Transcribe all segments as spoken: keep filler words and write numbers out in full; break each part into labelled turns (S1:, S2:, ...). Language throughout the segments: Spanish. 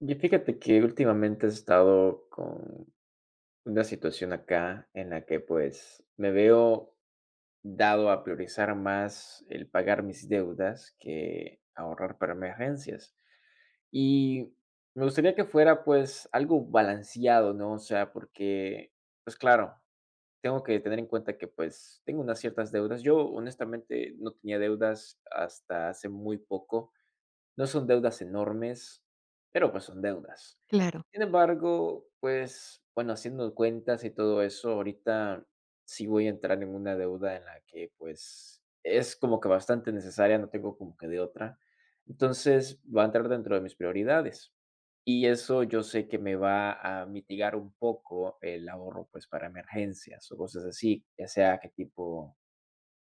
S1: Y fíjate que últimamente he estado con una situación acá en la que pues me veo dado a priorizar más el pagar mis deudas que ahorrar para emergencias. Y me gustaría que fuera pues algo balanceado, ¿no? O sea, porque pues claro, tengo que tener en cuenta que pues tengo unas ciertas deudas. Yo honestamente no tenía deudas hasta hace muy poco, no son deudas enormes, pero pues son deudas.
S2: Claro,
S1: Sin embargo, pues bueno, haciendo cuentas y todo eso, ahorita sí voy a entrar en una deuda en la que pues es como que bastante necesaria, no tengo como que de otra. Entonces va a entrar dentro de mis prioridades. Y eso yo sé que me va a mitigar un poco el ahorro pues para emergencias o cosas así, ya sea qué tipo,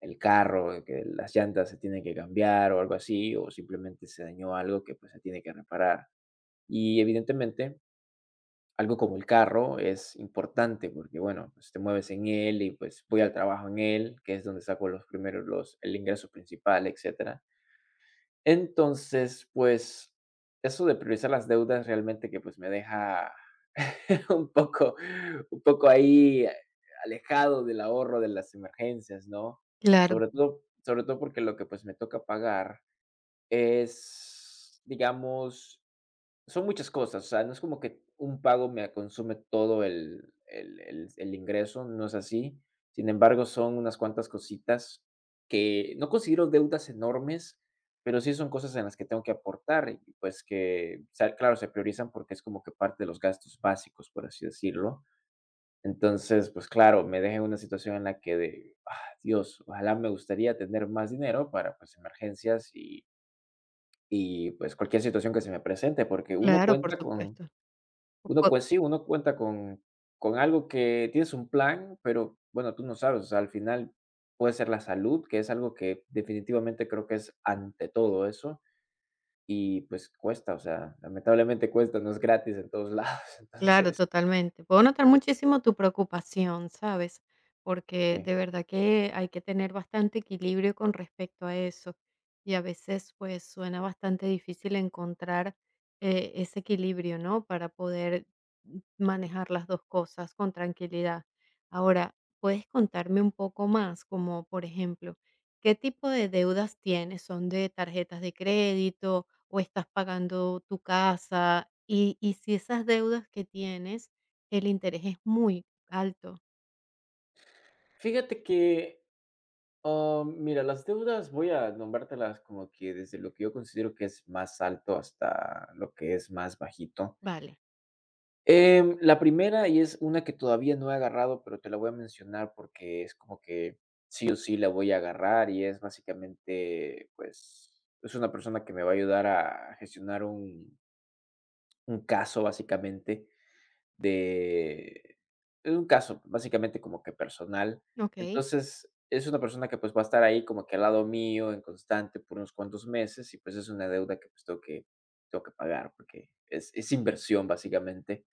S1: el carro, eh, que las llantas se tienen que cambiar o algo así, o simplemente se dañó algo que pues se tiene que reparar. Y evidentemente, algo como el carro es importante porque, bueno, pues te mueves en él y pues voy al trabajo en él, que es donde saco los primeros, los, el ingreso principal, etcétera. Entonces, pues eso de priorizar las deudas realmente que pues me deja un poco, un poco ahí, eh, alejado del ahorro de las emergencias, ¿no?
S2: claro,
S1: Sobre todo sobre todo porque lo que, pues, me toca pagar es, digamos, son muchas cosas, o sea, no es como que un pago me consume todo el el el el ingreso, no es así. Sin embargo, son unas cuantas cositas que no considero deudas enormes, pero sí son cosas en las que tengo que aportar y, pues, que, o sea, claro, se priorizan porque es como que parte de los gastos básicos, por así decirlo. Entonces, pues, claro, me deja en una situación en la que de, ah, Dios, ojalá, me gustaría tener más dinero para, pues, emergencias y y, pues, cualquier situación que se me presente, porque uno
S2: claro, por
S1: cuenta con
S2: supuesto.
S1: uno,
S2: Po-
S1: pues sí, uno cuenta con con algo que tienes un plan, pero bueno, tú no sabes, o sea, al final puede ser la salud, que es algo que definitivamente creo que es ante todo eso, y pues cuesta, o sea, lamentablemente cuesta, no es gratis en todos lados,
S2: Claro,
S1: entonces,
S2: totalmente. Puedo notar muchísimo tu preocupación, ¿sabes? Porque
S1: sí.
S2: de verdad que hay que tener bastante equilibrio con respecto a eso. Y a veces, pues, suena bastante difícil encontrar eh, ese equilibrio, ¿no? Para poder manejar las dos cosas con tranquilidad. Ahora, ¿puedes contarme un poco más? Como, por ejemplo, ¿qué tipo de deudas tienes? ¿Son de tarjetas de crédito? ¿O estás pagando tu casa? Y, y si esas deudas que tienes, el interés es muy alto.
S1: Fíjate que, ah, mira, las deudas voy a nombrártelas como que desde lo que yo considero que es más alto hasta lo que es más bajito.
S2: Vale,
S1: Em, la primera, y es una que todavía no he agarrado, pero te la voy a mencionar porque es como que sí o sí la voy a agarrar y es básicamente, pues, es una persona que me va a ayudar a gestionar un, un caso básicamente de, es un caso básicamente como que personal.
S2: ok,
S1: Entonces, es una persona que pues va a estar ahí como que al lado mío en constante por unos cuantos meses y pues es una deuda que pues tengo que, tengo que pagar porque es, es inversión básicamente.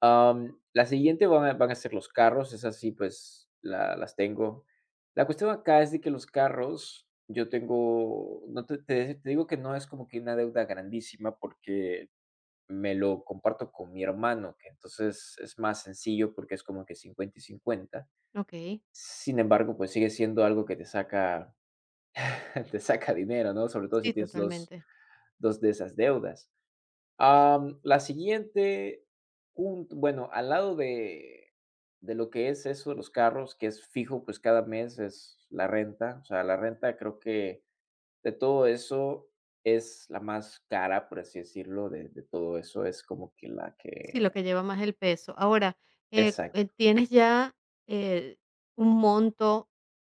S1: Am, la siguiente van a van a ser los carros, esas sí, pues, la las tengo. La cuestión acá es de que los carros, yo tengo, no te te te digo que no es como que una deuda grandísima, porque me lo comparto con mi hermano, que entonces es más sencillo porque es como que cincuenta y cincuenta.
S2: ok,
S1: Sin embargo, pues sigue siendo algo que te saca te saca dinero, ¿no? Sobre todo si
S2: sí,
S1: tienes dos,
S2: totalmente.
S1: dos de esas deudas. Am, la siguiente, un bueno, al lado de de lo que es eso de los carros, que es fijo, pues, cada mes es la renta. O sea, la renta creo que de todo eso es la más cara, por así decirlo, de de todo eso, es como que la
S2: Sí, lo
S1: que,
S2: que lleva más el peso. Ahora, eh, eh,
S1: exacto.
S2: ¿tienes ya eh, un monto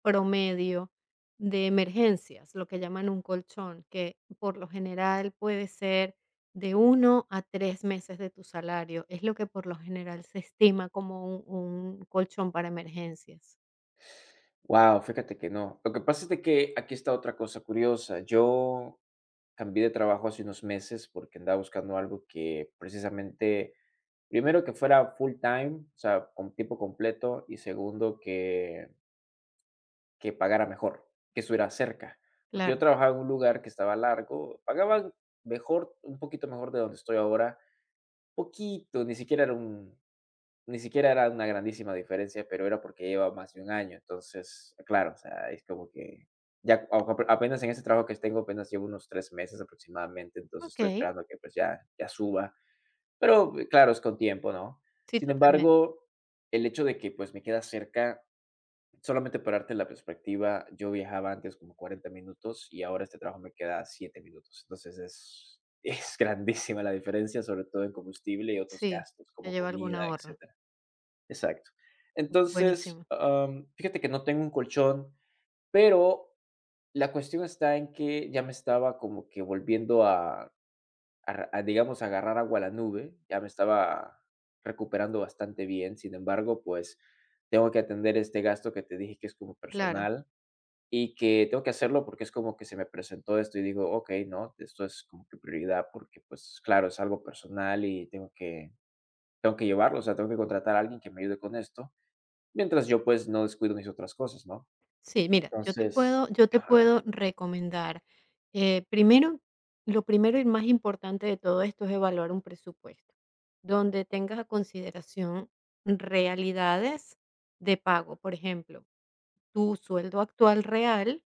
S2: promedio de emergencias, lo que llaman un colchón, que por lo general puede ser de uno a tres meses de tu salario? Es lo que por lo general se estima como un, un colchón para emergencias.
S1: Wow, fíjate que no. Lo que pasa es de que aquí está otra cosa curiosa. Yo cambié de trabajo hace unos meses porque andaba buscando algo que precisamente, primero, que fuera full time, o sea, con tiempo completo, y segundo, que que pagara mejor, que estuviera cerca, porque yo
S2: Claro.
S1: trabajaba en un lugar que estaba largo, pagaban mejor, un poquito mejor de donde estoy ahora, poquito, ni siquiera era un ni siquiera era una grandísima diferencia, pero era porque llevaba más de un año, entonces, claro, o sea, es como que ya a a- apenas en ese trabajo que tengo, apenas llevo unos tres meses aproximadamente, entonces
S2: Ok.
S1: estoy esperando que, pues, ya ya suba, pero eh, claro, es con tiempo, ¿no?
S2: Sí,
S1: Sin
S2: totalmente.
S1: embargo, el hecho de que, pues, me queda cerca, solamente para darte la perspectiva, yo viajaba antes como cuarenta minutos y ahora este trabajo me queda a siete minutos. Entonces es es grandísima la diferencia, sobre todo en combustible y otros
S2: Sí,
S1: gastos
S2: te
S1: como
S2: lleva algún
S1: comida,
S2: ahorro.
S1: etcétera. Exacto. Entonces,
S2: Buenísimo.
S1: am, fíjate que no tengo un colchón, pero la cuestión está en que ya me estaba como que volviendo a ar- a, digamos, agarrar agua a la nube. Ya me estaba recuperando bastante bien. Sin embargo, pues tengo que atender este gasto que te dije que es como
S2: Claro.
S1: personal y que tengo que hacerlo porque es como que se me presentó esto y digo, ok, no, esto es como que prioridad porque pues claro, es algo personal y tengo que, tengo que llevarlo, o sea, tengo que contratar a alguien que me ayude con esto, mientras yo pues no descuido mis otras cosas, ¿no?
S2: Sí, mira, yo te
S1: Entonces,
S2: puedo yo te
S1: ajá,
S2: puedo recomendar, eh, primero, lo primero y más importante de todo esto es evaluar un presupuesto, donde tengas a consideración realidades de pago. Por ejemplo, tu sueldo actual real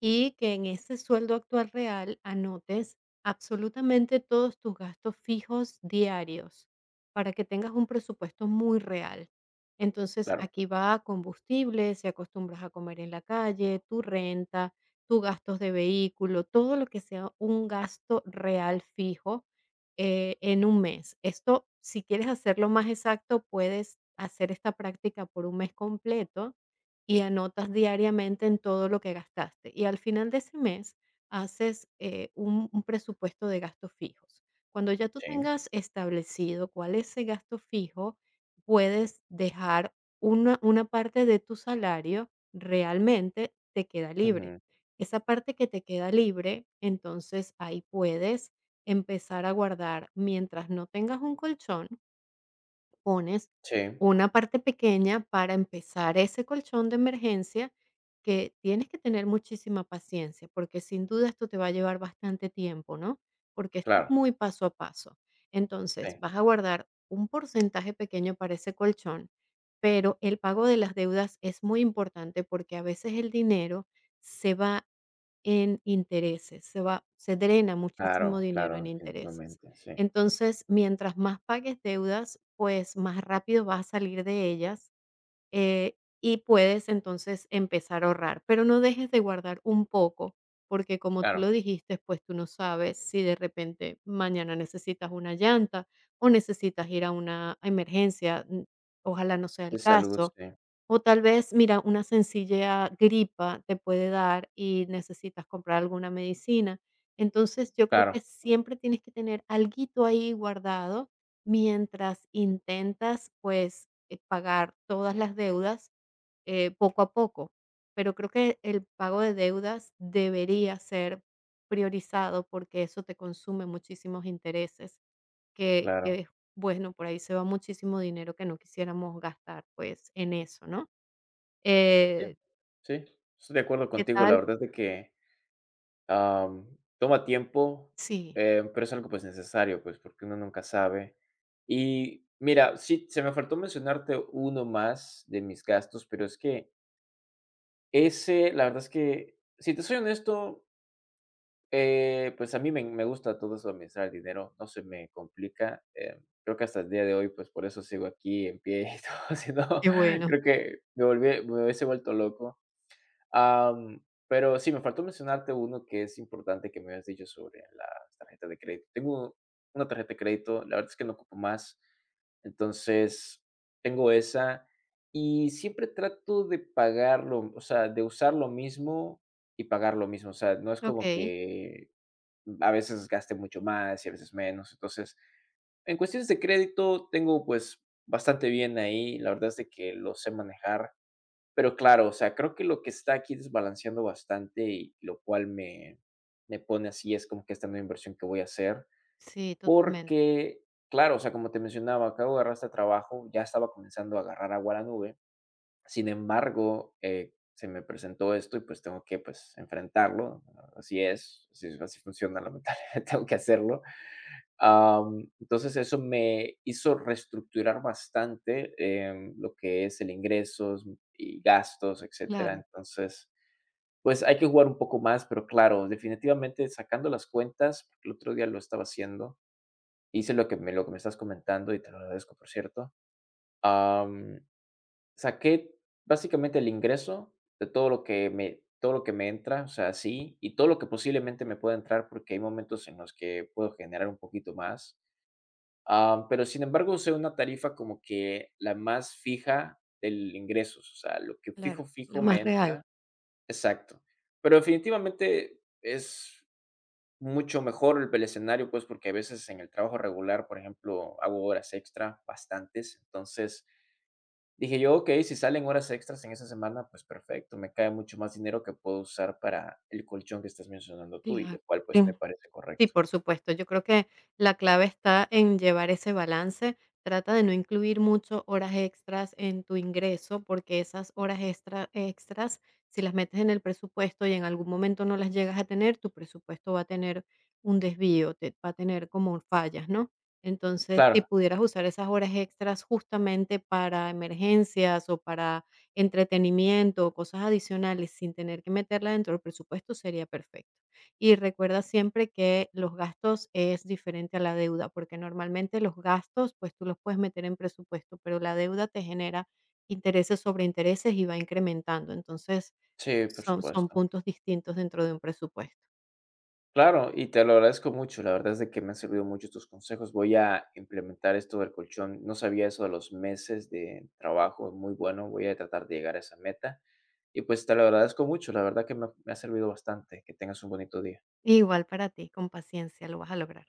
S2: y que en ese sueldo actual real anotes absolutamente todos tus gastos fijos diarios para que tengas un presupuesto muy real. Entonces,
S1: claro,
S2: aquí va combustible, si acostumbras a comer en la calle, tu renta, tus gastos de vehículo, todo lo que sea un gasto real fijo eh, en un mes. Esto, si quieres hacerlo más exacto, puedes hacer esta práctica por un mes completo y anotas diariamente en todo lo que gastaste. Y al final de ese mes haces eh, un, un presupuesto de gastos fijos. Cuando ya tú
S1: sí,
S2: tengas establecido cuál es ese gasto fijo, puedes dejar una, una parte de tu salario realmente te queda libre.
S1: ujú,
S2: Esa parte que te queda libre, entonces ahí puedes empezar a guardar mientras no tengas un colchón, pones
S1: sí,
S2: una parte pequeña para empezar ese colchón de emergencia, que tienes que tener muchísima paciencia, porque sin duda esto te va a llevar bastante tiempo, ¿no? Porque esto es
S1: claro,
S2: muy paso a paso. Entonces,
S1: sí,
S2: vas a guardar un porcentaje pequeño para ese colchón, pero el pago de las deudas es muy importante porque a veces el dinero se va en intereses, se va se drena muchísimo
S1: claro,
S2: dinero
S1: claro,
S2: en intereses.
S1: definitivamente, sí.
S2: Entonces, mientras más pagues deudas, pues, más rápido vas a salir de ellas, eh, y puedes, entonces, empezar a ahorrar, pero no dejes de guardar un poco, porque como tú
S1: Claro,
S2: lo dijiste, pues, tú no sabes si de repente mañana necesitas una llanta o necesitas ir a una emergencia, mm, ojalá no sea el
S1: de salud,
S2: caso.
S1: sí.
S2: O tal vez, mira, una sencilla gripa te puede dar y necesitas comprar alguna medicina. Entonces, yo creo que
S1: Claro,
S2: siempre tienes que tener alguito ahí guardado mientras intentas, pues, eh, pagar todas las deudas, eh, poco a poco. Pero creo que el pago de deudas debería ser priorizado, porque eso te consume muchísimos intereses, que
S1: claro.
S2: que, bueno, por ahí se va muchísimo dinero que no quisiéramos gastar, pues, en eso, ¿no?
S1: Sí,
S2: Eh,
S1: sí, estoy de acuerdo
S2: ¿qué
S1: contigo. La
S2: tal?
S1: verdad es de que, am, toma tiempo,
S2: Sí,
S1: eh, pero es algo, pues, necesario, pues, porque uno nunca sabe. Y mira, sí, se me faltó mencionarte uno más de mis gastos, pero es que ese, la verdad es que, si te soy honesto, Eh, pues, a mí me me gusta todo eso de administrar el dinero, no se me complica, em, creo que hasta el día de hoy, pues, por eso sigo aquí en pie y todo, si no,
S2: qué bueno.
S1: creo que me volví me hubiese vuelto loco. Am, pero sí, me faltó mencionarte uno que es importante que me habías dicho sobre las tarjetas de crédito. Tengo una tarjeta de crédito, la verdad es que no ocupo más, entonces, tengo esa y siempre trato de pagarlo, o sea, de usar lo mismo y pagar lo mismo, o sea, no es como
S2: Okey,
S1: que a veces gaste mucho más y a veces menos. Entonces, en cuestiones de crédito tengo pues bastante bien ahí, la verdad es de que lo sé manejar, pero claro, o sea, creo que lo que está aquí desbalanceando bastante y lo cual me, me pone así es como que esta nueva inversión que voy a hacer,
S2: sí, totalmente.
S1: porque claro, o sea, como te mencionaba, acabo de agarrar este trabajo, ya estaba comenzando a agarrar agua a la nube, sin embargo, eh, se me presentó esto y pues tengo que pues enfrentarlo, así es, así, así funciona, lamentablemente tengo que hacerlo. Am, entonces, eso me hizo reestructurar bastante, em, lo que es el ingresos y gastos, etcétera.
S2: Claro,
S1: Entonces, pues, hay que jugar un poco más, pero claro, definitivamente sacando las cuentas, porque el otro día lo estaba haciendo, hice lo que me lo que me estás comentando y te lo agradezco, por cierto. Am, Saqué básicamente el ingreso de todo lo que me todo lo que me entra, o sea, sí, y todo lo que posiblemente me pueda entrar, porque hay momentos en los que puedo generar un poquito más. Ah, pero sin embargo, usé una tarifa como que la más fija del ingresos, o sea, lo que
S2: claro,
S1: fijo,
S2: la
S1: fijo
S2: más
S1: me
S2: real,
S1: entra, exacto. Pero definitivamente es mucho mejor el el escenario, pues, porque a veces en el trabajo regular, por ejemplo, hago horas extra, bastantes. Entonces, dije yo: "Okey, si salen horas extras en esa semana, pues perfecto, me cae mucho más dinero que puedo usar para el colchón que estás mencionando tú", y lo
S2: claro.
S1: cual, pues, me parece
S2: Sí,
S1: correcto.
S2: por supuesto. Yo creo que la clave está en llevar ese balance. Trata de no incluir mucho horas extras en tu ingreso, porque esas horas extra- extras, si las metes en el presupuesto y en algún momento no las llegas a tener, tu presupuesto va a tener un desvío, te, va a tener como fallas, ¿no? Entonces, si
S1: Claro,
S2: pudieras usar esas horas extras justamente para emergencias o para entretenimiento o cosas adicionales sin tener que meterla dentro del presupuesto, sería perfecto. Y recuerda siempre que los gastos es diferente a la deuda, porque normalmente los gastos, pues tú los puedes meter en presupuesto, pero la deuda te genera intereses sobre intereses y va incrementando. Entonces,
S1: sí, por
S2: son, son
S1: supuesto.
S2: puntos distintos dentro de un presupuesto.
S1: Claro, y te lo agradezco mucho. La verdad es de que me han servido mucho tus consejos. Voy a implementar esto del colchón. No sabía eso de los meses de trabajo. Muy bueno. Voy a tratar de llegar a esa meta. Y pues te lo agradezco mucho. La verdad que me me ha servido bastante. Que tengas un bonito día.
S2: Igual para ti, con paciencia lo vas a lograr.